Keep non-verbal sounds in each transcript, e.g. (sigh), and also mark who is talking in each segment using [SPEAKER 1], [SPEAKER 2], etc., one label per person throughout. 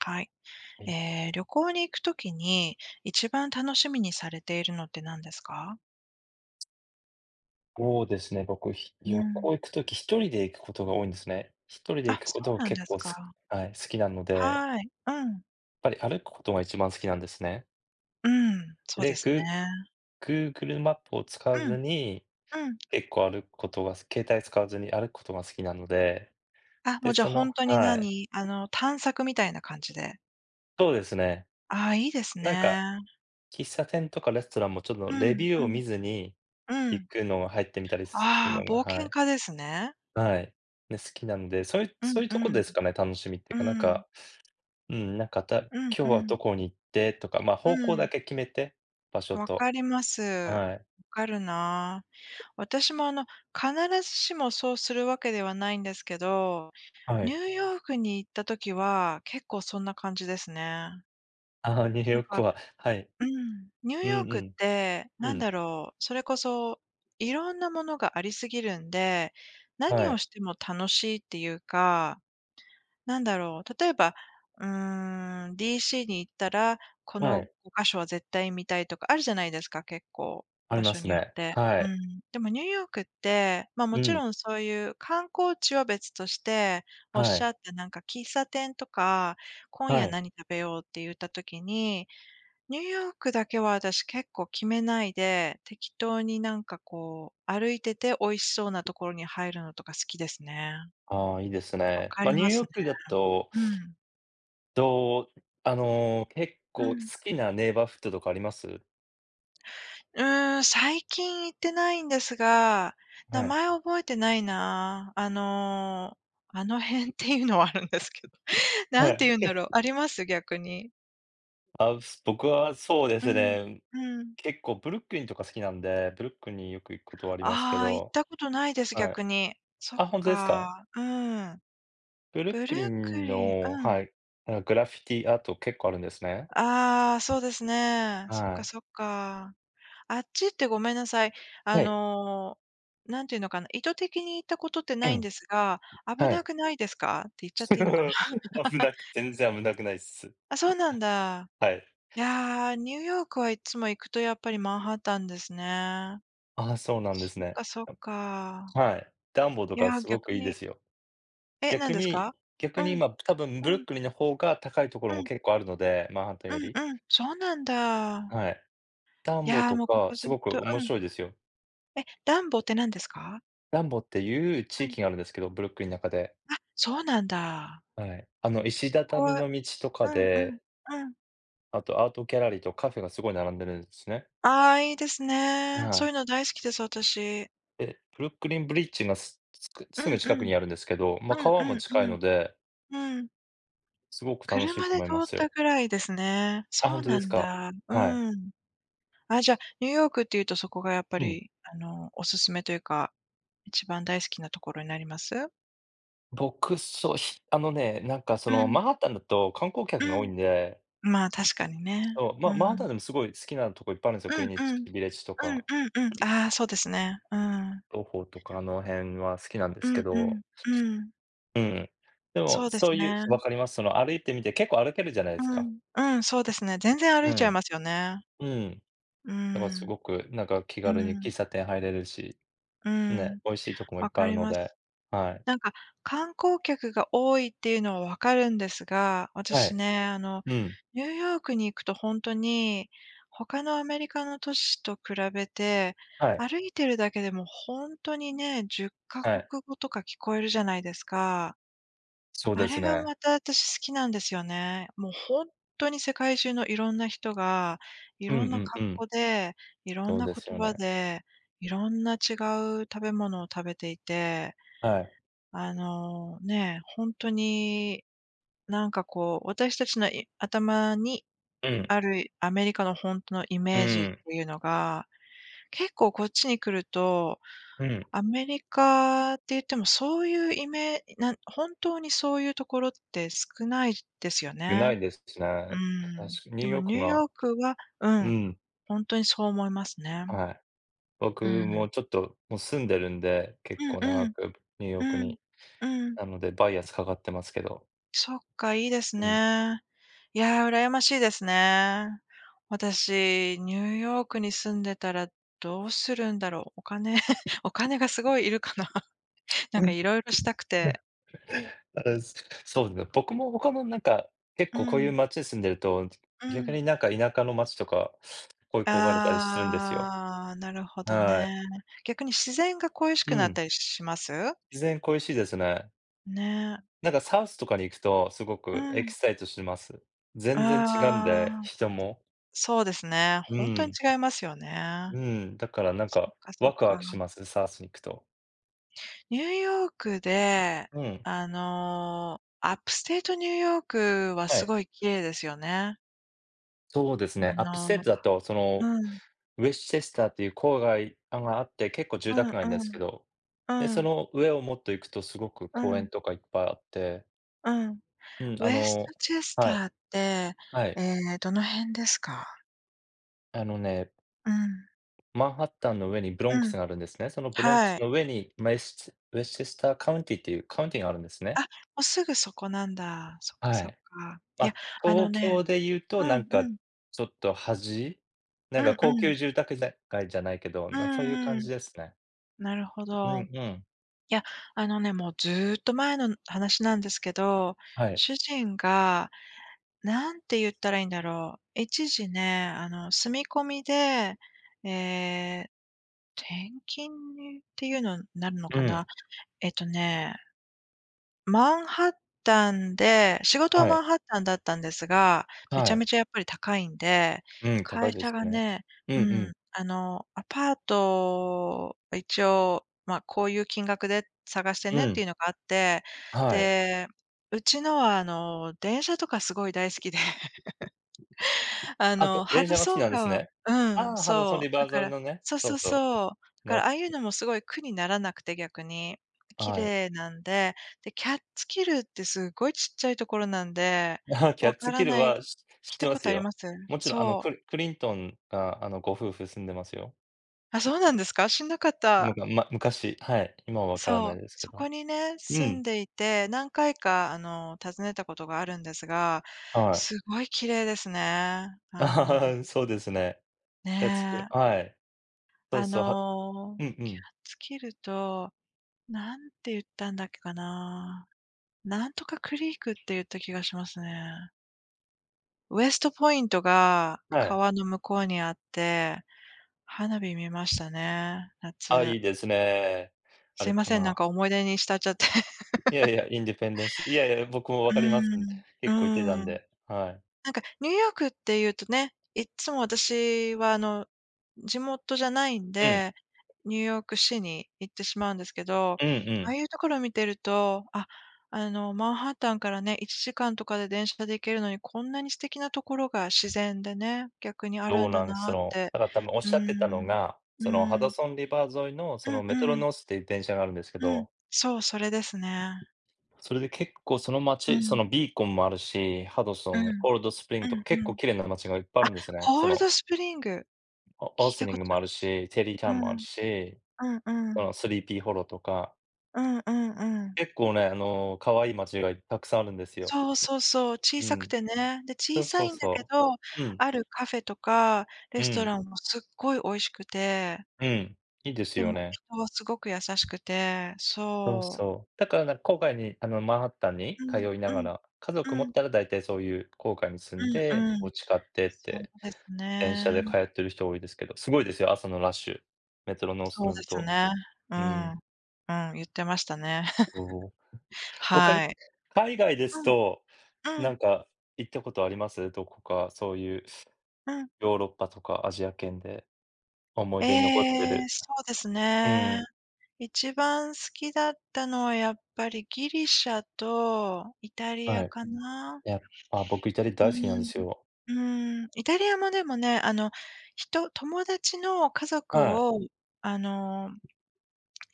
[SPEAKER 1] はい。
[SPEAKER 2] 一
[SPEAKER 1] ええ、旅行に行く時に、一番楽しみにされているのって何ですか？
[SPEAKER 2] 方ですね、僕、ひ
[SPEAKER 1] う
[SPEAKER 2] 旅行
[SPEAKER 1] ん。
[SPEAKER 2] 行くとき一人で行くことが多いんですね。一人で行
[SPEAKER 1] あ、
[SPEAKER 2] くこ
[SPEAKER 1] そ
[SPEAKER 2] とが
[SPEAKER 1] うなん
[SPEAKER 2] 結
[SPEAKER 1] です
[SPEAKER 2] 構
[SPEAKER 1] か。
[SPEAKER 2] すはい、好きなので、
[SPEAKER 1] はい。うん。
[SPEAKER 2] やっぱり歩くことが一番好きなんですね。
[SPEAKER 1] うん、そう
[SPEAKER 2] で、
[SPEAKER 1] ですね。
[SPEAKER 2] グ Google マップを使わ
[SPEAKER 1] う
[SPEAKER 2] ず
[SPEAKER 1] ん
[SPEAKER 2] に、
[SPEAKER 1] うん。
[SPEAKER 2] 結構歩くことが携帯使わずに歩くことが好きなので、
[SPEAKER 1] あ、も
[SPEAKER 2] で、
[SPEAKER 1] うじゃあ
[SPEAKER 2] そ
[SPEAKER 1] 本
[SPEAKER 2] の
[SPEAKER 1] 当に
[SPEAKER 2] はい、
[SPEAKER 1] 何、あの、探索みたいな感じで。
[SPEAKER 2] そうですね。
[SPEAKER 1] ああ、いいです
[SPEAKER 2] なんか、
[SPEAKER 1] ね。
[SPEAKER 2] 喫茶店とかレストランもちょっと
[SPEAKER 1] う
[SPEAKER 2] レ
[SPEAKER 1] ん
[SPEAKER 2] ビュー
[SPEAKER 1] う
[SPEAKER 2] を
[SPEAKER 1] ん
[SPEAKER 2] 見ずに
[SPEAKER 1] う
[SPEAKER 2] 行
[SPEAKER 1] ん。
[SPEAKER 2] くのが入ってみたりする
[SPEAKER 1] ああ、
[SPEAKER 2] のが、
[SPEAKER 1] 冒
[SPEAKER 2] は
[SPEAKER 1] 険
[SPEAKER 2] い。
[SPEAKER 1] 家ですね。
[SPEAKER 2] はい。ね、好きなので、そういう
[SPEAKER 1] う
[SPEAKER 2] そう
[SPEAKER 1] ん
[SPEAKER 2] いう
[SPEAKER 1] う
[SPEAKER 2] とこ
[SPEAKER 1] ん
[SPEAKER 2] ですかね、楽しみってい
[SPEAKER 1] う
[SPEAKER 2] うか、なん
[SPEAKER 1] ん。うん
[SPEAKER 2] かうん、なんか今
[SPEAKER 1] う
[SPEAKER 2] 日は
[SPEAKER 1] ん。
[SPEAKER 2] どこに行ってとか、ま、
[SPEAKER 1] う
[SPEAKER 2] 方向
[SPEAKER 1] ん。
[SPEAKER 2] だけ決めて、場所
[SPEAKER 1] 分
[SPEAKER 2] と。
[SPEAKER 1] かります。分
[SPEAKER 2] はい。
[SPEAKER 1] かるな。私もあの、必ずしもそうするわけではないんですけど、
[SPEAKER 2] は
[SPEAKER 1] ニュ
[SPEAKER 2] い。
[SPEAKER 1] ーヨークに行った時は、結構そんな感じですね。
[SPEAKER 2] ああ、ニュー
[SPEAKER 1] な
[SPEAKER 2] ヨ
[SPEAKER 1] ん
[SPEAKER 2] ーク
[SPEAKER 1] か
[SPEAKER 2] は、はい。
[SPEAKER 1] うん、ニュー
[SPEAKER 2] うん
[SPEAKER 1] ヨー
[SPEAKER 2] う
[SPEAKER 1] クっ
[SPEAKER 2] ん。
[SPEAKER 1] て、
[SPEAKER 2] う
[SPEAKER 1] なんだ
[SPEAKER 2] ん。
[SPEAKER 1] ろう、それこそ、いろんなものがありすぎるんで、何
[SPEAKER 2] は
[SPEAKER 1] を
[SPEAKER 2] い。
[SPEAKER 1] しても楽しいっていうか、なんだろう、例えば、うーん、DC に行ったら、こ
[SPEAKER 2] は
[SPEAKER 1] の
[SPEAKER 2] い。
[SPEAKER 1] 場か所は絶対見たいとかあるじゃないですか、結構、
[SPEAKER 2] あり
[SPEAKER 1] 場
[SPEAKER 2] ま
[SPEAKER 1] 所
[SPEAKER 2] す
[SPEAKER 1] によっ
[SPEAKER 2] ね。
[SPEAKER 1] て。
[SPEAKER 2] は
[SPEAKER 1] う
[SPEAKER 2] い。
[SPEAKER 1] ん。でもニューヨークって、ま、
[SPEAKER 2] う
[SPEAKER 1] もち
[SPEAKER 2] ん。
[SPEAKER 1] ろんそういう観光地は別として、おっ
[SPEAKER 2] は
[SPEAKER 1] しゃ
[SPEAKER 2] い。
[SPEAKER 1] ったなんか喫茶店とか、今
[SPEAKER 2] は
[SPEAKER 1] 夜
[SPEAKER 2] い。
[SPEAKER 1] 何食べようって言った時に、ニューヨークだけは私結構決めないで、適当になんかこう、歩いてて美味しそうなところに入るのとか好きですね。
[SPEAKER 2] ああ、いいです
[SPEAKER 1] わ
[SPEAKER 2] ね。
[SPEAKER 1] か
[SPEAKER 2] まあ、
[SPEAKER 1] り
[SPEAKER 2] ニュー
[SPEAKER 1] ま
[SPEAKER 2] ヨー
[SPEAKER 1] すね。
[SPEAKER 2] クだと、
[SPEAKER 1] うん。
[SPEAKER 2] どうあの、結
[SPEAKER 1] う
[SPEAKER 2] 構好
[SPEAKER 1] ん。
[SPEAKER 2] きなネイバーフッドとかあります？
[SPEAKER 1] うーん、最近行ってないんですが、名
[SPEAKER 2] はい。
[SPEAKER 1] 前覚えてないな。あの、あの辺っていうのはあるんですけど、(laughs) な
[SPEAKER 2] は
[SPEAKER 1] んて
[SPEAKER 2] い。
[SPEAKER 1] 言うんだろ
[SPEAKER 2] (laughs)
[SPEAKER 1] う、あります？逆に。
[SPEAKER 2] あ、僕はそうで
[SPEAKER 1] う
[SPEAKER 2] す
[SPEAKER 1] ん。
[SPEAKER 2] ね、
[SPEAKER 1] うん。
[SPEAKER 2] 結構ブルックリンとか好きなんで、ブルックリンによく行くことはありますけ
[SPEAKER 1] ああ、行っ
[SPEAKER 2] ど、
[SPEAKER 1] たことないです、
[SPEAKER 2] は
[SPEAKER 1] 逆
[SPEAKER 2] い。
[SPEAKER 1] に。そっ
[SPEAKER 2] あ、本当ですか？
[SPEAKER 1] か。うん。
[SPEAKER 2] ブルッ
[SPEAKER 1] ブ
[SPEAKER 2] ク
[SPEAKER 1] ル
[SPEAKER 2] リ
[SPEAKER 1] ック
[SPEAKER 2] ン
[SPEAKER 1] リン、
[SPEAKER 2] の、
[SPEAKER 1] うん。
[SPEAKER 2] はい、あ、グラフィティアート結構あるんですね。
[SPEAKER 1] ああ、そうですね。そっ
[SPEAKER 2] は
[SPEAKER 1] か
[SPEAKER 2] い。
[SPEAKER 1] そっか。あっちってごめんなさい、あ
[SPEAKER 2] はい。
[SPEAKER 1] の、なんていうのかな、意図的に行ったことって
[SPEAKER 2] う
[SPEAKER 1] ないん
[SPEAKER 2] ん、
[SPEAKER 1] ですが、危
[SPEAKER 2] は
[SPEAKER 1] な
[SPEAKER 2] い。
[SPEAKER 1] くないですか？って言っ
[SPEAKER 2] (laughs)
[SPEAKER 1] ちゃっていいのかな？
[SPEAKER 2] 危なく全然危なくないっす。
[SPEAKER 1] あ、そうなんだ。
[SPEAKER 2] はい。
[SPEAKER 1] いやー、ニューヨークはいつも行くとやっぱりマンハッタンですね。
[SPEAKER 2] ああ、そうなんです
[SPEAKER 1] そっ
[SPEAKER 2] ね。
[SPEAKER 1] かそっか。
[SPEAKER 2] はい。ダンボと
[SPEAKER 1] い
[SPEAKER 2] か
[SPEAKER 1] やー、
[SPEAKER 2] すごく
[SPEAKER 1] 逆
[SPEAKER 2] いいで
[SPEAKER 1] に、
[SPEAKER 2] すよ。
[SPEAKER 1] え、何
[SPEAKER 2] 逆
[SPEAKER 1] です
[SPEAKER 2] に
[SPEAKER 1] か？
[SPEAKER 2] 逆
[SPEAKER 1] う
[SPEAKER 2] に
[SPEAKER 1] ん、
[SPEAKER 2] 今多分
[SPEAKER 1] う
[SPEAKER 2] ブルッ
[SPEAKER 1] ん、
[SPEAKER 2] クリンの方が高いところ
[SPEAKER 1] う
[SPEAKER 2] も
[SPEAKER 1] ん、
[SPEAKER 2] 結構あるので、マンハッタン
[SPEAKER 1] う
[SPEAKER 2] より。
[SPEAKER 1] んうん、そうなんだ。
[SPEAKER 2] はい。ダン
[SPEAKER 1] い
[SPEAKER 2] ボ
[SPEAKER 1] やー、
[SPEAKER 2] と
[SPEAKER 1] もうこ
[SPEAKER 2] か
[SPEAKER 1] こず
[SPEAKER 2] す
[SPEAKER 1] っ
[SPEAKER 2] ごく
[SPEAKER 1] と
[SPEAKER 2] 面
[SPEAKER 1] うん。
[SPEAKER 2] 白いですよ。
[SPEAKER 1] え、ダンボって何ですか？
[SPEAKER 2] ダンボっていう
[SPEAKER 1] う
[SPEAKER 2] 地
[SPEAKER 1] ん。
[SPEAKER 2] 域があるんですけど、ブルックリンの中で。
[SPEAKER 1] あ、そうなんだ。
[SPEAKER 2] はい。あの、石
[SPEAKER 1] そこ
[SPEAKER 2] 畳
[SPEAKER 1] は
[SPEAKER 2] の道とか
[SPEAKER 1] うんうん、
[SPEAKER 2] で、
[SPEAKER 1] うん。
[SPEAKER 2] あと、アートギャラリーとカフェがすごい並んでるんですね。
[SPEAKER 1] ああ、いいですね。そ
[SPEAKER 2] は
[SPEAKER 1] ういう
[SPEAKER 2] い。
[SPEAKER 1] の大好きです、私。
[SPEAKER 2] で、ブルックリンブリッジがすすく
[SPEAKER 1] う
[SPEAKER 2] すぐ
[SPEAKER 1] ん
[SPEAKER 2] 近く
[SPEAKER 1] うん。
[SPEAKER 2] にあるんですけど、ま、
[SPEAKER 1] うん
[SPEAKER 2] 川
[SPEAKER 1] う
[SPEAKER 2] も
[SPEAKER 1] ん
[SPEAKER 2] 近い
[SPEAKER 1] うん。
[SPEAKER 2] ので、
[SPEAKER 1] うん。
[SPEAKER 2] すごく楽しい
[SPEAKER 1] 車
[SPEAKER 2] と
[SPEAKER 1] で
[SPEAKER 2] 思い
[SPEAKER 1] 通
[SPEAKER 2] ま
[SPEAKER 1] っ
[SPEAKER 2] す
[SPEAKER 1] た
[SPEAKER 2] よ。
[SPEAKER 1] ぐらいですね。
[SPEAKER 2] あ、ほ
[SPEAKER 1] そ
[SPEAKER 2] ん
[SPEAKER 1] う
[SPEAKER 2] とで
[SPEAKER 1] な
[SPEAKER 2] す
[SPEAKER 1] ん
[SPEAKER 2] か。
[SPEAKER 1] だ。
[SPEAKER 2] はい。
[SPEAKER 1] うん。あ、じゃあ、ニューヨークっていうとそこがやっぱ
[SPEAKER 2] うん。
[SPEAKER 1] り、あの、おすすめというか、一番大好きなところになります？
[SPEAKER 2] 僕、あのね、なんかそ
[SPEAKER 1] う
[SPEAKER 2] の、マ
[SPEAKER 1] ん。
[SPEAKER 2] ンハッタンだと観光客が
[SPEAKER 1] う
[SPEAKER 2] 多い
[SPEAKER 1] ん。
[SPEAKER 2] んで、
[SPEAKER 1] まあ、確かにね。
[SPEAKER 2] そう、
[SPEAKER 1] う
[SPEAKER 2] マンハッタ
[SPEAKER 1] ん。
[SPEAKER 2] ンでもすごい好きなとこいっぱいあるんですよ。
[SPEAKER 1] う
[SPEAKER 2] グリニッ
[SPEAKER 1] ん
[SPEAKER 2] チ
[SPEAKER 1] うん。
[SPEAKER 2] ビレッジと
[SPEAKER 1] うん
[SPEAKER 2] か、
[SPEAKER 1] うんうん。ああ、そうですね。うん。
[SPEAKER 2] 東宝とかあの辺は好きなんで
[SPEAKER 1] う
[SPEAKER 2] すけ
[SPEAKER 1] んう
[SPEAKER 2] ど、
[SPEAKER 1] ん。うん。
[SPEAKER 2] うん。でも
[SPEAKER 1] そうで
[SPEAKER 2] そ
[SPEAKER 1] す
[SPEAKER 2] ういう
[SPEAKER 1] ね。
[SPEAKER 2] 分かります。その歩いてみて結構歩けるじゃないです
[SPEAKER 1] う
[SPEAKER 2] か。
[SPEAKER 1] ん。うん、そうですね。全然歩
[SPEAKER 2] う
[SPEAKER 1] いちゃい
[SPEAKER 2] ん。
[SPEAKER 1] ますよね。
[SPEAKER 2] うん。
[SPEAKER 1] う
[SPEAKER 2] だからす
[SPEAKER 1] ん。
[SPEAKER 2] ごく、なんか気
[SPEAKER 1] う
[SPEAKER 2] 軽に喫
[SPEAKER 1] ん。
[SPEAKER 2] 茶店入れるし、
[SPEAKER 1] う
[SPEAKER 2] ね、
[SPEAKER 1] ん。
[SPEAKER 2] 美味しいとこもいっ
[SPEAKER 1] わ
[SPEAKER 2] ぱいあ
[SPEAKER 1] か
[SPEAKER 2] る
[SPEAKER 1] り
[SPEAKER 2] の
[SPEAKER 1] ま
[SPEAKER 2] で、
[SPEAKER 1] す。
[SPEAKER 2] はい。
[SPEAKER 1] なんか、観光客が多いっていうのはわかるんですが、
[SPEAKER 2] は
[SPEAKER 1] 私
[SPEAKER 2] い。
[SPEAKER 1] ね、あの、
[SPEAKER 2] うん。
[SPEAKER 1] ニューヨークに行くとほんとに、他のアメリカの都市と比べて、
[SPEAKER 2] はい。
[SPEAKER 1] 歩いてるだけでもほんとにね、
[SPEAKER 2] はい。
[SPEAKER 1] 10カ国語とか聞こえるじゃないですか。
[SPEAKER 2] そう
[SPEAKER 1] あ
[SPEAKER 2] です
[SPEAKER 1] れが
[SPEAKER 2] ね。
[SPEAKER 1] また私好きなんですよね。もうほんとに世界中のいろんな人が、い
[SPEAKER 2] うんう
[SPEAKER 1] ろんな
[SPEAKER 2] んう
[SPEAKER 1] 格
[SPEAKER 2] ん。
[SPEAKER 1] 好で、いろん
[SPEAKER 2] そう
[SPEAKER 1] な
[SPEAKER 2] です
[SPEAKER 1] 言
[SPEAKER 2] よ
[SPEAKER 1] 葉
[SPEAKER 2] ね。
[SPEAKER 1] で、いろんな違う食べ物を食べていて、
[SPEAKER 2] はい。
[SPEAKER 1] あの、ね、本当に、なんかこう、私たちのい頭に
[SPEAKER 2] うん。
[SPEAKER 1] あるアメリカの本当のイ
[SPEAKER 2] う
[SPEAKER 1] メージっ
[SPEAKER 2] ん。
[SPEAKER 1] ていうのが、結構こっちに来ると、
[SPEAKER 2] うん。
[SPEAKER 1] アメリカって言ってもそういうイメなん本当にそういうところって少ないですよ
[SPEAKER 2] な
[SPEAKER 1] ね。
[SPEAKER 2] いです
[SPEAKER 1] う
[SPEAKER 2] ね。確か
[SPEAKER 1] ん。
[SPEAKER 2] ニュ
[SPEAKER 1] で
[SPEAKER 2] ー
[SPEAKER 1] も
[SPEAKER 2] ヨー
[SPEAKER 1] ニュ
[SPEAKER 2] ク
[SPEAKER 1] ーヨ
[SPEAKER 2] が
[SPEAKER 1] ークはう
[SPEAKER 2] う
[SPEAKER 1] ん、
[SPEAKER 2] ん、
[SPEAKER 1] 本当にそう思いますね。
[SPEAKER 2] はい。僕
[SPEAKER 1] うん。
[SPEAKER 2] もちょっと、もう住んでるんで、
[SPEAKER 1] う
[SPEAKER 2] 結
[SPEAKER 1] ん
[SPEAKER 2] 構
[SPEAKER 1] う
[SPEAKER 2] 長
[SPEAKER 1] ん。
[SPEAKER 2] くニューヨーク
[SPEAKER 1] うん。
[SPEAKER 2] に。
[SPEAKER 1] うん。
[SPEAKER 2] なのでバイアスかかってますけど。
[SPEAKER 1] そっか、いいです
[SPEAKER 2] うん。
[SPEAKER 1] ね。いやー、羨ましいですね。私、ニューヨークに住んでたらどうするんだろう。お金 (laughs) お金がすごいいるかな。(laughs) なん
[SPEAKER 2] う
[SPEAKER 1] か
[SPEAKER 2] ん
[SPEAKER 1] いろいろしたくて。
[SPEAKER 2] だから、そうですね。僕も他のなんか、結
[SPEAKER 1] う
[SPEAKER 2] 構こういう
[SPEAKER 1] ん、
[SPEAKER 2] 街に住んでると、
[SPEAKER 1] う
[SPEAKER 2] 逆
[SPEAKER 1] ん。
[SPEAKER 2] になんか田舎の街とか、恋焦がれたりするんですよ。
[SPEAKER 1] ああ、なるほど
[SPEAKER 2] はい。
[SPEAKER 1] ね。逆に自然が恋し
[SPEAKER 2] う
[SPEAKER 1] くなっ
[SPEAKER 2] ん。
[SPEAKER 1] たりします？
[SPEAKER 2] 自然恋しいですね。
[SPEAKER 1] ね。
[SPEAKER 2] なんかサウスとかに行くと、すご
[SPEAKER 1] う
[SPEAKER 2] くエキ
[SPEAKER 1] ん。
[SPEAKER 2] サイトします。全然違うん
[SPEAKER 1] あ
[SPEAKER 2] で、
[SPEAKER 1] あ、
[SPEAKER 2] 人も。
[SPEAKER 1] そうですね。
[SPEAKER 2] う
[SPEAKER 1] 本当に
[SPEAKER 2] ん。
[SPEAKER 1] 違いますよね。
[SPEAKER 2] うん。だからなん
[SPEAKER 1] そっ
[SPEAKER 2] か、
[SPEAKER 1] かそっ
[SPEAKER 2] ワクワ
[SPEAKER 1] か。
[SPEAKER 2] クします、サウスに行くと。
[SPEAKER 1] ニューヨークで、
[SPEAKER 2] うん。
[SPEAKER 1] あの、アップステートニューヨークは
[SPEAKER 2] は
[SPEAKER 1] す
[SPEAKER 2] い。
[SPEAKER 1] ごい綺麗ですよね。
[SPEAKER 2] そうです
[SPEAKER 1] あ
[SPEAKER 2] ね。アップステー
[SPEAKER 1] の
[SPEAKER 2] トだと、その、
[SPEAKER 1] うん、
[SPEAKER 2] ウェスチェスターっていう郊外、あ、があって、結構住
[SPEAKER 1] うんう
[SPEAKER 2] 宅
[SPEAKER 1] ん、
[SPEAKER 2] 街なんです
[SPEAKER 1] う
[SPEAKER 2] け
[SPEAKER 1] ん、
[SPEAKER 2] ど、で、その上をもっと行くとすごく
[SPEAKER 1] う
[SPEAKER 2] 公園
[SPEAKER 1] ん、
[SPEAKER 2] とかいっぱいあって、
[SPEAKER 1] うん。
[SPEAKER 2] うん、
[SPEAKER 1] ウ
[SPEAKER 2] あ
[SPEAKER 1] ェスト
[SPEAKER 2] の、
[SPEAKER 1] チェスタ
[SPEAKER 2] はい、
[SPEAKER 1] ーって、
[SPEAKER 2] は
[SPEAKER 1] え
[SPEAKER 2] い。
[SPEAKER 1] え、どの辺ですか？
[SPEAKER 2] あのね、
[SPEAKER 1] うん、
[SPEAKER 2] マンハッタンの上にブロンク
[SPEAKER 1] う
[SPEAKER 2] ス
[SPEAKER 1] ん、
[SPEAKER 2] があるんですね。そのブロンク
[SPEAKER 1] は
[SPEAKER 2] ス
[SPEAKER 1] い。
[SPEAKER 2] の上に、ま、ウェスチェスターカウンティっていうカウンティがあるんです
[SPEAKER 1] あ、
[SPEAKER 2] ね。
[SPEAKER 1] もうすぐそこなんだ。そっか
[SPEAKER 2] は
[SPEAKER 1] そっ
[SPEAKER 2] い。
[SPEAKER 1] か。
[SPEAKER 2] ま
[SPEAKER 1] いや、
[SPEAKER 2] あ、
[SPEAKER 1] あの
[SPEAKER 2] 東
[SPEAKER 1] ね
[SPEAKER 2] 京で言うと
[SPEAKER 1] う
[SPEAKER 2] なん
[SPEAKER 1] ん
[SPEAKER 2] か
[SPEAKER 1] うん、
[SPEAKER 2] ちょっと端、な
[SPEAKER 1] う
[SPEAKER 2] んか
[SPEAKER 1] んう
[SPEAKER 2] 高級
[SPEAKER 1] ん、
[SPEAKER 2] 住宅街じゃないけど、
[SPEAKER 1] う
[SPEAKER 2] な、そういう
[SPEAKER 1] ん
[SPEAKER 2] 感
[SPEAKER 1] う
[SPEAKER 2] じ
[SPEAKER 1] ん、
[SPEAKER 2] ですね。
[SPEAKER 1] なるほ
[SPEAKER 2] う
[SPEAKER 1] ど。
[SPEAKER 2] んうん。
[SPEAKER 1] いや、あのね、もうずっと前の話なんですけど、
[SPEAKER 2] はい。
[SPEAKER 1] 主人が、なんて言ったらいいんだろう、一時ね、あの、住み込みで、えー転勤っていうのになるの
[SPEAKER 2] う
[SPEAKER 1] かな。
[SPEAKER 2] ん、
[SPEAKER 1] えっとね、マンハッタンで、仕事は
[SPEAKER 2] は
[SPEAKER 1] マン
[SPEAKER 2] い、
[SPEAKER 1] ハッタンだったんですが、め
[SPEAKER 2] は
[SPEAKER 1] ちゃ
[SPEAKER 2] い。
[SPEAKER 1] めちゃやっぱり高いんで、
[SPEAKER 2] うん、高い
[SPEAKER 1] 会
[SPEAKER 2] で
[SPEAKER 1] 社
[SPEAKER 2] す
[SPEAKER 1] が
[SPEAKER 2] ね。
[SPEAKER 1] ね、
[SPEAKER 2] うんう
[SPEAKER 1] う
[SPEAKER 2] ん、
[SPEAKER 1] ん、あの、アパート一応、まあ、こういう金額で探して
[SPEAKER 2] う
[SPEAKER 1] ねって
[SPEAKER 2] ん、
[SPEAKER 1] いうのがあって、
[SPEAKER 2] はい。
[SPEAKER 1] で、うちのはあの、電車とかすごい大好きで、あ
[SPEAKER 2] あ、で、
[SPEAKER 1] の、ハ
[SPEAKER 2] 電
[SPEAKER 1] ド
[SPEAKER 2] 車が好き
[SPEAKER 1] ソン
[SPEAKER 2] なんです
[SPEAKER 1] 川
[SPEAKER 2] ね。
[SPEAKER 1] うん、
[SPEAKER 2] ああ、ハドソン
[SPEAKER 1] そ
[SPEAKER 2] リ
[SPEAKER 1] う。
[SPEAKER 2] バ
[SPEAKER 1] だ
[SPEAKER 2] ー
[SPEAKER 1] か
[SPEAKER 2] 沿い
[SPEAKER 1] ら、
[SPEAKER 2] のね、
[SPEAKER 1] そう
[SPEAKER 2] そう
[SPEAKER 1] そう
[SPEAKER 2] そ
[SPEAKER 1] そう。だ
[SPEAKER 2] う、
[SPEAKER 1] か
[SPEAKER 2] の
[SPEAKER 1] らああいうのもすごい苦にならなくて、逆に。綺
[SPEAKER 2] はい。
[SPEAKER 1] 麗なんで、で、キャッツキルってすごいちっちゃいところなんで、
[SPEAKER 2] キャッ
[SPEAKER 1] わか
[SPEAKER 2] ツキ
[SPEAKER 1] ら
[SPEAKER 2] ル
[SPEAKER 1] ない。
[SPEAKER 2] は、知っ
[SPEAKER 1] 来
[SPEAKER 2] て
[SPEAKER 1] た
[SPEAKER 2] ま
[SPEAKER 1] こ
[SPEAKER 2] す
[SPEAKER 1] とあり
[SPEAKER 2] よ。
[SPEAKER 1] ます？
[SPEAKER 2] もちろんあの、
[SPEAKER 1] そう。
[SPEAKER 2] クリントンがあの、ご夫婦住んでますよ。
[SPEAKER 1] あ、そうなんですか？知んなかっ
[SPEAKER 2] む
[SPEAKER 1] た。
[SPEAKER 2] かま昔、はい、今はわからな
[SPEAKER 1] そ
[SPEAKER 2] い
[SPEAKER 1] う、
[SPEAKER 2] ですけ
[SPEAKER 1] そこ
[SPEAKER 2] ど。
[SPEAKER 1] にね、
[SPEAKER 2] う
[SPEAKER 1] 住ん
[SPEAKER 2] ん、
[SPEAKER 1] でいて、何回かあの、訪ねたことがあるんですが、
[SPEAKER 2] はい。
[SPEAKER 1] すごい綺麗ですね。あの
[SPEAKER 2] (laughs) そうですね。
[SPEAKER 1] ね、
[SPEAKER 2] キャッツキル、
[SPEAKER 1] え。
[SPEAKER 2] はい。そう
[SPEAKER 1] あ
[SPEAKER 2] そう、は
[SPEAKER 1] のー、
[SPEAKER 2] うんう
[SPEAKER 1] キャッ
[SPEAKER 2] ん、
[SPEAKER 1] ツキルと、なんて言ったんだっけかな。なんとかクリークって言った気がしますね。ウエストポイントが
[SPEAKER 2] はい。
[SPEAKER 1] 川の向こうにあって、花火見ましたね、
[SPEAKER 2] あ、い
[SPEAKER 1] 夏。
[SPEAKER 2] いですね。あ
[SPEAKER 1] す
[SPEAKER 2] れ
[SPEAKER 1] いま
[SPEAKER 2] か
[SPEAKER 1] せん、なん
[SPEAKER 2] な。
[SPEAKER 1] か思い出に浸っちゃって。(laughs)
[SPEAKER 2] いやいや、インディペンデンスいやいや、僕もわ
[SPEAKER 1] う
[SPEAKER 2] かりますんで、
[SPEAKER 1] ーん。
[SPEAKER 2] 結構行ってたん
[SPEAKER 1] うーん。
[SPEAKER 2] で、はい。
[SPEAKER 1] なんか、ニューヨークっていうとね、いっつも私は、あの、地元じゃないん
[SPEAKER 2] うん、
[SPEAKER 1] で、ニューヨーク市に行ってしまうんですけど、
[SPEAKER 2] うんう
[SPEAKER 1] ああ
[SPEAKER 2] ん。
[SPEAKER 1] いうところを見てると、あ、あの、マンハッタンからね、1時間とかで電車で行けるのに、こんなに素敵なところが自然でね、逆にある
[SPEAKER 2] どう
[SPEAKER 1] んだ
[SPEAKER 2] なん、そ
[SPEAKER 1] なっ
[SPEAKER 2] の、
[SPEAKER 1] て。
[SPEAKER 2] だから多分おっ
[SPEAKER 1] う
[SPEAKER 2] しゃってた
[SPEAKER 1] ー
[SPEAKER 2] の
[SPEAKER 1] ん。
[SPEAKER 2] が、そのハ
[SPEAKER 1] う
[SPEAKER 2] ド
[SPEAKER 1] ん。
[SPEAKER 2] ソンリバー沿いのそ
[SPEAKER 1] う
[SPEAKER 2] の
[SPEAKER 1] ん
[SPEAKER 2] メトロ
[SPEAKER 1] うん。
[SPEAKER 2] ノースっていう電車があるんですけ
[SPEAKER 1] うん。
[SPEAKER 2] ど、
[SPEAKER 1] そう、それですね。
[SPEAKER 2] それで結構その
[SPEAKER 1] う
[SPEAKER 2] 街、そ
[SPEAKER 1] ん。
[SPEAKER 2] のビーコンもあるし、ハドソ
[SPEAKER 1] う
[SPEAKER 2] ン、
[SPEAKER 1] ん。
[SPEAKER 2] コールドスプリン
[SPEAKER 1] う
[SPEAKER 2] グとか
[SPEAKER 1] んう
[SPEAKER 2] 結構
[SPEAKER 1] ん。
[SPEAKER 2] 綺麗な街がいっぱいあ
[SPEAKER 1] あ、
[SPEAKER 2] るんですね。
[SPEAKER 1] コ
[SPEAKER 2] そ
[SPEAKER 1] ール
[SPEAKER 2] の、
[SPEAKER 1] ドスプリング、
[SPEAKER 2] オオー
[SPEAKER 1] 聞い
[SPEAKER 2] ス
[SPEAKER 1] た
[SPEAKER 2] ニ
[SPEAKER 1] こ
[SPEAKER 2] ン
[SPEAKER 1] と
[SPEAKER 2] グ
[SPEAKER 1] あ
[SPEAKER 2] もあ
[SPEAKER 1] る
[SPEAKER 2] るし、テリータウンもあるし、
[SPEAKER 1] うん。うんう
[SPEAKER 2] そ
[SPEAKER 1] ん。
[SPEAKER 2] のスリーピーホローとか、
[SPEAKER 1] うんうんうん。
[SPEAKER 2] 結構ね、あの、可愛い街がたくさんあるんですよ。
[SPEAKER 1] そうそうそう、小
[SPEAKER 2] う
[SPEAKER 1] さく
[SPEAKER 2] ん。
[SPEAKER 1] てね。で、
[SPEAKER 2] そ
[SPEAKER 1] 小
[SPEAKER 2] う
[SPEAKER 1] さ
[SPEAKER 2] そう
[SPEAKER 1] いんだけ
[SPEAKER 2] そ
[SPEAKER 1] ど、
[SPEAKER 2] う。うん、
[SPEAKER 1] あるカフェとか
[SPEAKER 2] う
[SPEAKER 1] レスト
[SPEAKER 2] ん、
[SPEAKER 1] ランもすっごい美味しくて、
[SPEAKER 2] うん。いいです
[SPEAKER 1] で
[SPEAKER 2] よ
[SPEAKER 1] も
[SPEAKER 2] ね。
[SPEAKER 1] 人はすごく優しくて、
[SPEAKER 2] そう
[SPEAKER 1] そう。
[SPEAKER 2] そう。だからなんか郊外に、あの、マンハッタンに
[SPEAKER 1] う
[SPEAKER 2] 通
[SPEAKER 1] ん
[SPEAKER 2] いな
[SPEAKER 1] う
[SPEAKER 2] が
[SPEAKER 1] ん
[SPEAKER 2] ら、家族持
[SPEAKER 1] う
[SPEAKER 2] っ
[SPEAKER 1] ん。
[SPEAKER 2] たら大体そういう郊外に住ん
[SPEAKER 1] うん
[SPEAKER 2] で、
[SPEAKER 1] う
[SPEAKER 2] お
[SPEAKER 1] ん。
[SPEAKER 2] 家買ってっ
[SPEAKER 1] そう
[SPEAKER 2] て、
[SPEAKER 1] です
[SPEAKER 2] 電車
[SPEAKER 1] ね。
[SPEAKER 2] で通ってる人多いですけど、すごいですよ、朝のラッシュ。メトロノース
[SPEAKER 1] そう
[SPEAKER 2] 乗
[SPEAKER 1] で
[SPEAKER 2] る
[SPEAKER 1] す
[SPEAKER 2] と。
[SPEAKER 1] ね。う
[SPEAKER 2] う
[SPEAKER 1] ん。
[SPEAKER 2] ん、
[SPEAKER 1] うん、言ってましたね。
[SPEAKER 2] そう。
[SPEAKER 1] (laughs)
[SPEAKER 2] 他に
[SPEAKER 1] はい。
[SPEAKER 2] 海外です
[SPEAKER 1] うん
[SPEAKER 2] と、
[SPEAKER 1] う
[SPEAKER 2] な
[SPEAKER 1] ん
[SPEAKER 2] んか行ったことあります？どこか、そういう
[SPEAKER 1] うん。
[SPEAKER 2] ヨーロッパとかアジア圏で思い
[SPEAKER 1] え
[SPEAKER 2] 出に残って
[SPEAKER 1] え、
[SPEAKER 2] る。
[SPEAKER 1] そうです
[SPEAKER 2] う
[SPEAKER 1] ね。
[SPEAKER 2] ん、
[SPEAKER 1] 一番好きだったのはやっぱりギリシャとイタリ
[SPEAKER 2] は
[SPEAKER 1] ア
[SPEAKER 2] い。
[SPEAKER 1] かな。
[SPEAKER 2] いや、あ、僕イタリア
[SPEAKER 1] う
[SPEAKER 2] 大好きなんで
[SPEAKER 1] ん。
[SPEAKER 2] すよ。
[SPEAKER 1] うーん、イタリアもでもね、あの、人友達の家
[SPEAKER 2] は
[SPEAKER 1] 族
[SPEAKER 2] い、
[SPEAKER 1] を、あの、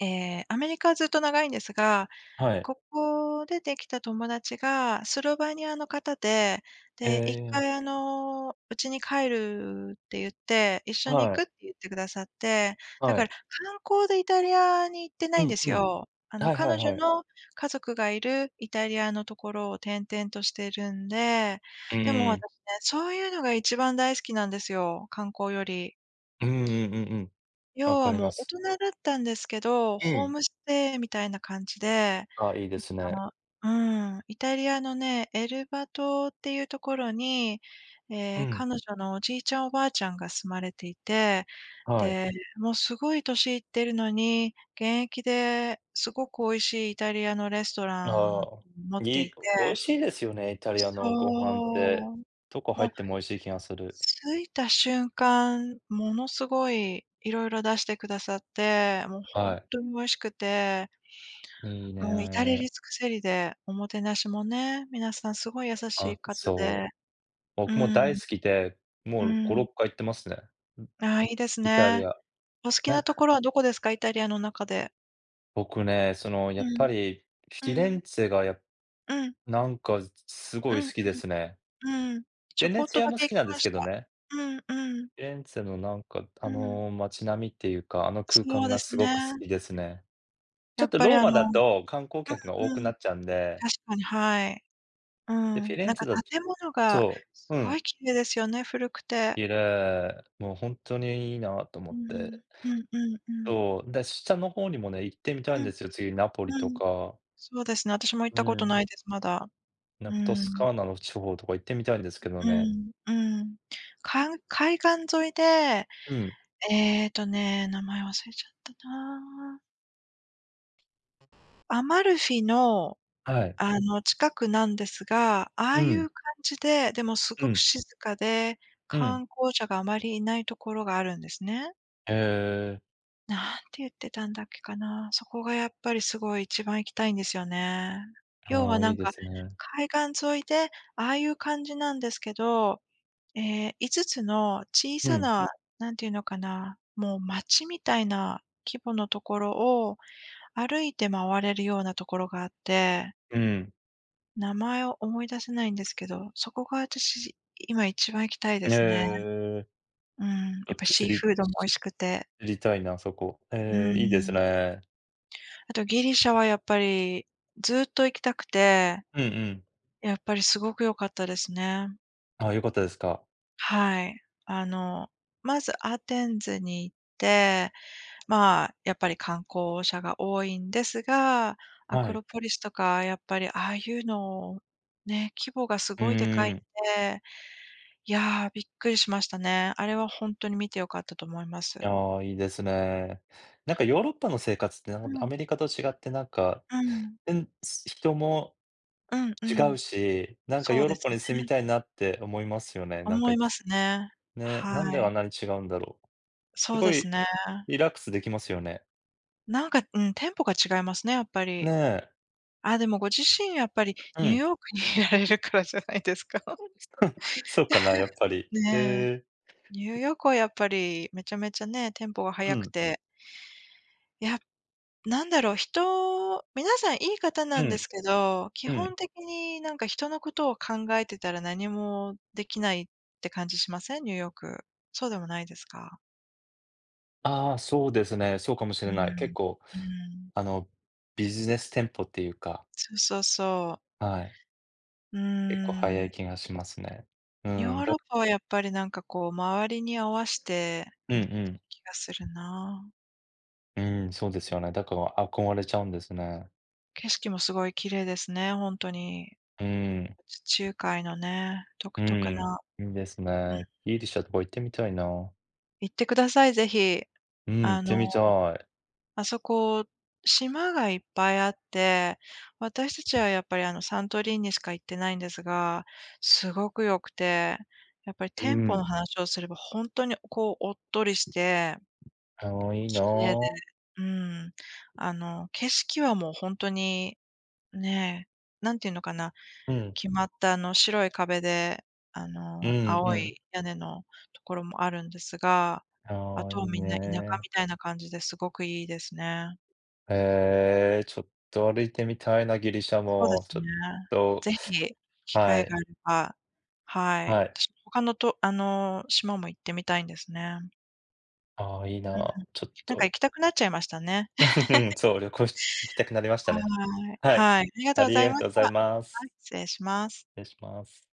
[SPEAKER 1] ええ、アメリカはずっと長いんですが、
[SPEAKER 2] はい。
[SPEAKER 1] ここでできた友達がスロバニアの方で、
[SPEAKER 2] え
[SPEAKER 1] で、一回
[SPEAKER 2] え、
[SPEAKER 1] あの、「家に帰る」って言って、一緒に行
[SPEAKER 2] はい、
[SPEAKER 1] くって言ってくださって、だ
[SPEAKER 2] は
[SPEAKER 1] から
[SPEAKER 2] い。
[SPEAKER 1] 観光でイタリアに行ってな
[SPEAKER 2] う
[SPEAKER 1] いん
[SPEAKER 2] ん
[SPEAKER 1] です
[SPEAKER 2] うん。
[SPEAKER 1] よ。あの、
[SPEAKER 2] はいはい
[SPEAKER 1] 彼女
[SPEAKER 2] はい。
[SPEAKER 1] の家族がいるイタリアのところを転々としてるんで、
[SPEAKER 2] う
[SPEAKER 1] でも私
[SPEAKER 2] ん。
[SPEAKER 1] ね、そういうのが一番大好きなんですよ、観光より。
[SPEAKER 2] うんうんうんうん。わ
[SPEAKER 1] 要
[SPEAKER 2] か
[SPEAKER 1] は
[SPEAKER 2] りま
[SPEAKER 1] もう大
[SPEAKER 2] す。
[SPEAKER 1] 人だったんですけど、
[SPEAKER 2] う
[SPEAKER 1] ホー
[SPEAKER 2] ん。
[SPEAKER 1] ムステイみたいな感じで、
[SPEAKER 2] あ、いいですね。
[SPEAKER 1] あイタリアのね、エルバ島っていうところに、
[SPEAKER 2] うん。
[SPEAKER 1] 彼女のおじいちゃんおばあちゃんが住まれていて、
[SPEAKER 2] はい。
[SPEAKER 1] で、もうすごい年いってるのに、現役ですごく美味しいイタリアのレストラ
[SPEAKER 2] あ
[SPEAKER 1] ン
[SPEAKER 2] あ、
[SPEAKER 1] 持っていて。
[SPEAKER 2] 美味しいですよね、イタリアのご飯
[SPEAKER 1] そ
[SPEAKER 2] って。
[SPEAKER 1] う。
[SPEAKER 2] どこ入っ
[SPEAKER 1] も
[SPEAKER 2] ても美味しい気がする。
[SPEAKER 1] 着いた瞬間、ものすごいいろいろ出してくださって、もうほ
[SPEAKER 2] は
[SPEAKER 1] ん
[SPEAKER 2] い。
[SPEAKER 1] とに美味しくて、
[SPEAKER 2] いい
[SPEAKER 1] うん、至れ
[SPEAKER 2] ね。
[SPEAKER 1] り尽くせりで、おもてなしもね、皆さんすごい優し
[SPEAKER 2] あ、
[SPEAKER 1] い方
[SPEAKER 2] そ
[SPEAKER 1] で。
[SPEAKER 2] う。
[SPEAKER 1] う
[SPEAKER 2] 僕も大
[SPEAKER 1] ん、
[SPEAKER 2] 好きで、も
[SPEAKER 1] う
[SPEAKER 2] う5、6
[SPEAKER 1] ん。
[SPEAKER 2] 回行ってますね。
[SPEAKER 1] ああ、いいです
[SPEAKER 2] イタリ
[SPEAKER 1] ね。
[SPEAKER 2] ア。
[SPEAKER 1] お好き
[SPEAKER 2] な
[SPEAKER 1] な
[SPEAKER 2] ん
[SPEAKER 1] と
[SPEAKER 2] か、
[SPEAKER 1] ころはどこですか？イタリアの中で。
[SPEAKER 2] 僕ね、その、や
[SPEAKER 1] う
[SPEAKER 2] っぱ
[SPEAKER 1] ん、
[SPEAKER 2] りフ
[SPEAKER 1] う
[SPEAKER 2] ィレン
[SPEAKER 1] ん、
[SPEAKER 2] ツェがやっ
[SPEAKER 1] うん、
[SPEAKER 2] なんかすごい
[SPEAKER 1] う
[SPEAKER 2] 好
[SPEAKER 1] ん、
[SPEAKER 2] きですね。
[SPEAKER 1] うん。ち
[SPEAKER 2] ベ
[SPEAKER 1] ょこ
[SPEAKER 2] ネ
[SPEAKER 1] っ
[SPEAKER 2] ツ
[SPEAKER 1] と
[SPEAKER 2] ィア
[SPEAKER 1] だ
[SPEAKER 2] も
[SPEAKER 1] け
[SPEAKER 2] 好
[SPEAKER 1] 行
[SPEAKER 2] きな
[SPEAKER 1] き
[SPEAKER 2] んで
[SPEAKER 1] ま
[SPEAKER 2] す
[SPEAKER 1] し
[SPEAKER 2] けど
[SPEAKER 1] た。
[SPEAKER 2] ね。
[SPEAKER 1] うん、うん、
[SPEAKER 2] フィレンツェのなんか、あ
[SPEAKER 1] うん。
[SPEAKER 2] の、街並みっていうか、あの空
[SPEAKER 1] そう
[SPEAKER 2] 間が
[SPEAKER 1] です
[SPEAKER 2] す
[SPEAKER 1] ね。
[SPEAKER 2] ごく好きですね。ちょ
[SPEAKER 1] や
[SPEAKER 2] っ
[SPEAKER 1] っ
[SPEAKER 2] と
[SPEAKER 1] ぱり
[SPEAKER 2] ローマだと観光客が多
[SPEAKER 1] う
[SPEAKER 2] くな
[SPEAKER 1] ん、
[SPEAKER 2] っちゃうんで、
[SPEAKER 1] 確かに、はい。う
[SPEAKER 2] で、フィ
[SPEAKER 1] ん、
[SPEAKER 2] レ
[SPEAKER 1] な
[SPEAKER 2] ン
[SPEAKER 1] ん
[SPEAKER 2] ツ
[SPEAKER 1] か
[SPEAKER 2] ェだと、
[SPEAKER 1] 建物が
[SPEAKER 2] そ
[SPEAKER 1] す
[SPEAKER 2] う、う
[SPEAKER 1] ご
[SPEAKER 2] ん、
[SPEAKER 1] い綺麗ですよね、古くて。
[SPEAKER 2] 綺麗。もうほんとにいいなと思
[SPEAKER 1] う
[SPEAKER 2] っ
[SPEAKER 1] ん、
[SPEAKER 2] て。
[SPEAKER 1] うんうんうん。
[SPEAKER 2] そう、で、下の方にもね、行ってみたい
[SPEAKER 1] う
[SPEAKER 2] ん
[SPEAKER 1] ん
[SPEAKER 2] ですよ。次ナポリと
[SPEAKER 1] うん。
[SPEAKER 2] か、
[SPEAKER 1] そうですね、私も行っ
[SPEAKER 2] う
[SPEAKER 1] たこと
[SPEAKER 2] ん、
[SPEAKER 1] ないです、まだ。
[SPEAKER 2] な
[SPEAKER 1] う
[SPEAKER 2] んかトスカ
[SPEAKER 1] ん。
[SPEAKER 2] ーナの地方とか行ってみたいんですけど
[SPEAKER 1] う
[SPEAKER 2] ね。
[SPEAKER 1] んうん。海岸沿いで、
[SPEAKER 2] うん、
[SPEAKER 1] えっとね、名前忘れちゃったな。アマルフィの、
[SPEAKER 2] はい。
[SPEAKER 1] あの、近くなんですが、ああ
[SPEAKER 2] う
[SPEAKER 1] い
[SPEAKER 2] ん、
[SPEAKER 1] う感じで、でもす
[SPEAKER 2] う
[SPEAKER 1] ごく
[SPEAKER 2] ん、
[SPEAKER 1] 静かで、
[SPEAKER 2] うん。
[SPEAKER 1] 観光者があまりいないところがあるんですね。
[SPEAKER 2] へえ、
[SPEAKER 1] なんて言ってたんだっけかな。そこがやっぱりすごい一番行きたいんですよね。要
[SPEAKER 2] あ
[SPEAKER 1] は
[SPEAKER 2] あ、
[SPEAKER 1] な
[SPEAKER 2] いい
[SPEAKER 1] ん
[SPEAKER 2] で
[SPEAKER 1] か、
[SPEAKER 2] すね。
[SPEAKER 1] 海岸沿いで、ああいう感じなんですけど、ええ、5つの小
[SPEAKER 2] う
[SPEAKER 1] さ
[SPEAKER 2] ん、
[SPEAKER 1] な、なんていうのかな、もう町みたいな規模のところを歩いて回れるようなところがあって、
[SPEAKER 2] うん。
[SPEAKER 1] 名前を思い出せないんですけど、そこが私、今一番行きたい
[SPEAKER 2] へ
[SPEAKER 1] ですね。
[SPEAKER 2] え、
[SPEAKER 1] うん、や
[SPEAKER 2] ちょ
[SPEAKER 1] っ
[SPEAKER 2] っと
[SPEAKER 1] ぱシーフードも美味しくて。
[SPEAKER 2] 知りたいな、そこ。
[SPEAKER 1] う
[SPEAKER 2] ええ、いいです
[SPEAKER 1] ーん。
[SPEAKER 2] ね。
[SPEAKER 1] あとギリシャはやっぱり、ずっと行きたくて、
[SPEAKER 2] うんうん。
[SPEAKER 1] やっぱりすごく良かったですね。
[SPEAKER 2] あ、良かったですか。
[SPEAKER 1] はい。あの、まずアテンズに行って、まあ、やっぱり観光者が多いんですが、ア
[SPEAKER 2] は
[SPEAKER 1] ク
[SPEAKER 2] い。
[SPEAKER 1] ロポリスとかやっぱりああいうの、ね、規模がす
[SPEAKER 2] う
[SPEAKER 1] ごいでかいん
[SPEAKER 2] ーん。
[SPEAKER 1] で、いや、びっくりしましたね。あれはほんとに見て良かったと思います。
[SPEAKER 2] いや、いいですね。なんかヨーロッパの生活って、な
[SPEAKER 1] う
[SPEAKER 2] んかア
[SPEAKER 1] ん。
[SPEAKER 2] メリカと違ってなんか、
[SPEAKER 1] うん。
[SPEAKER 2] うん、人も
[SPEAKER 1] うんう
[SPEAKER 2] 違う
[SPEAKER 1] ん。
[SPEAKER 2] し、なんか
[SPEAKER 1] そ
[SPEAKER 2] ヨ
[SPEAKER 1] う
[SPEAKER 2] ーロ
[SPEAKER 1] で
[SPEAKER 2] ッ
[SPEAKER 1] す
[SPEAKER 2] パ
[SPEAKER 1] ね。
[SPEAKER 2] に住みたいなって思いますよね。なんか、
[SPEAKER 1] 思い
[SPEAKER 2] い
[SPEAKER 1] ますね。
[SPEAKER 2] ね、なん
[SPEAKER 1] は
[SPEAKER 2] であ
[SPEAKER 1] い。
[SPEAKER 2] んなに違うんだろう。
[SPEAKER 1] そ
[SPEAKER 2] す
[SPEAKER 1] う
[SPEAKER 2] ご
[SPEAKER 1] です
[SPEAKER 2] い
[SPEAKER 1] ね。
[SPEAKER 2] リラックスできますよね。
[SPEAKER 1] なんか、うん、テンポが違いますね、やっぱ
[SPEAKER 2] ね
[SPEAKER 1] り。
[SPEAKER 2] え。
[SPEAKER 1] あ、でもご自身やっぱり
[SPEAKER 2] う
[SPEAKER 1] ニュー
[SPEAKER 2] ん。
[SPEAKER 1] ヨークに (laughs) いられるからじゃないですか？(laughs)
[SPEAKER 2] (laughs) そうかな、やっぱり。
[SPEAKER 1] ねえ。
[SPEAKER 2] ええ。
[SPEAKER 1] ニューヨークはやっぱりめちゃめちゃね、テンポが
[SPEAKER 2] う
[SPEAKER 1] 速く
[SPEAKER 2] ん、
[SPEAKER 1] て、いや、なんだろう、皆さんいい方
[SPEAKER 2] う
[SPEAKER 1] なんで
[SPEAKER 2] ん、
[SPEAKER 1] すけど、基
[SPEAKER 2] う
[SPEAKER 1] 本
[SPEAKER 2] ん。
[SPEAKER 1] 的になんか人のことを考えてたら何もできないって感じしません？ニューヨーク。そうでもないですか？
[SPEAKER 2] ああ、そうですね、そうかもし
[SPEAKER 1] う
[SPEAKER 2] れない。結
[SPEAKER 1] ん。
[SPEAKER 2] 構
[SPEAKER 1] うん。
[SPEAKER 2] あの、ビジネス店舗っていうか、
[SPEAKER 1] そうそうそう。
[SPEAKER 2] はい、
[SPEAKER 1] うー
[SPEAKER 2] 結構早い
[SPEAKER 1] ん。
[SPEAKER 2] 気がしますね。う
[SPEAKER 1] ヨ
[SPEAKER 2] ん、
[SPEAKER 1] ー
[SPEAKER 2] だ
[SPEAKER 1] ロッパはやっぱりなんかこう、周りに合わして
[SPEAKER 2] うん
[SPEAKER 1] や
[SPEAKER 2] う
[SPEAKER 1] ってる
[SPEAKER 2] ん。
[SPEAKER 1] 気がするな。
[SPEAKER 2] うん、そうですよね。だから憧れちゃうんですね。
[SPEAKER 1] 景色もすごい綺麗ですね、ほんとに。
[SPEAKER 2] うん、
[SPEAKER 1] 地中海のね、独
[SPEAKER 2] う
[SPEAKER 1] 特
[SPEAKER 2] ん、
[SPEAKER 1] な。
[SPEAKER 2] いいです
[SPEAKER 1] うん。
[SPEAKER 2] ね。ギリシャとか行ってみたいな。
[SPEAKER 1] 行ってください、ぜひ。
[SPEAKER 2] うん、行
[SPEAKER 1] あ
[SPEAKER 2] ってみ
[SPEAKER 1] の、
[SPEAKER 2] たい。
[SPEAKER 1] あそこ、島がいっぱいあって、私たちはやっぱりあの、サントリーニしか行ってないんですが、すごく良くて、やっぱり
[SPEAKER 2] う
[SPEAKER 1] 店舗
[SPEAKER 2] ん。
[SPEAKER 1] の話をすればほんとにこう、おっとりして
[SPEAKER 2] ああ、いいな。
[SPEAKER 1] 綺麗で、うん。あの、景色はもうほんとに、ね、何て言うのかな、
[SPEAKER 2] うん、
[SPEAKER 1] 決まったあの白い壁で、あ
[SPEAKER 2] う
[SPEAKER 1] の、
[SPEAKER 2] ん、う
[SPEAKER 1] 青
[SPEAKER 2] ん。
[SPEAKER 1] い屋根のところもあるんですが、あ
[SPEAKER 2] ああ、いい
[SPEAKER 1] とはみんな田舎
[SPEAKER 2] ね。
[SPEAKER 1] みたいな感じですごくいいですね。
[SPEAKER 2] へえ、ちょっと歩いてみたいな、ギリシャ
[SPEAKER 1] そうで
[SPEAKER 2] も。
[SPEAKER 1] す
[SPEAKER 2] ちょ
[SPEAKER 1] ね。
[SPEAKER 2] っと、
[SPEAKER 1] ぜひ、機
[SPEAKER 2] は
[SPEAKER 1] 会が
[SPEAKER 2] い、
[SPEAKER 1] あれば、はい。
[SPEAKER 2] はい。
[SPEAKER 1] 私も他のと島も行ってみたいんですね。
[SPEAKER 2] ああ、いい
[SPEAKER 1] うん。
[SPEAKER 2] な。ちょっ
[SPEAKER 1] なんか
[SPEAKER 2] と
[SPEAKER 1] 行きたくなっちゃいましたね。
[SPEAKER 2] うん、そう、旅行行きたくなりましたね。
[SPEAKER 1] はい。
[SPEAKER 2] はい。
[SPEAKER 1] はい、ありがと
[SPEAKER 2] あ
[SPEAKER 1] うご
[SPEAKER 2] り
[SPEAKER 1] ざい
[SPEAKER 2] が
[SPEAKER 1] ま
[SPEAKER 2] とう
[SPEAKER 1] し
[SPEAKER 2] ご
[SPEAKER 1] た。
[SPEAKER 2] ざいま
[SPEAKER 1] は
[SPEAKER 2] す。
[SPEAKER 1] い、失礼します。
[SPEAKER 2] 失礼します。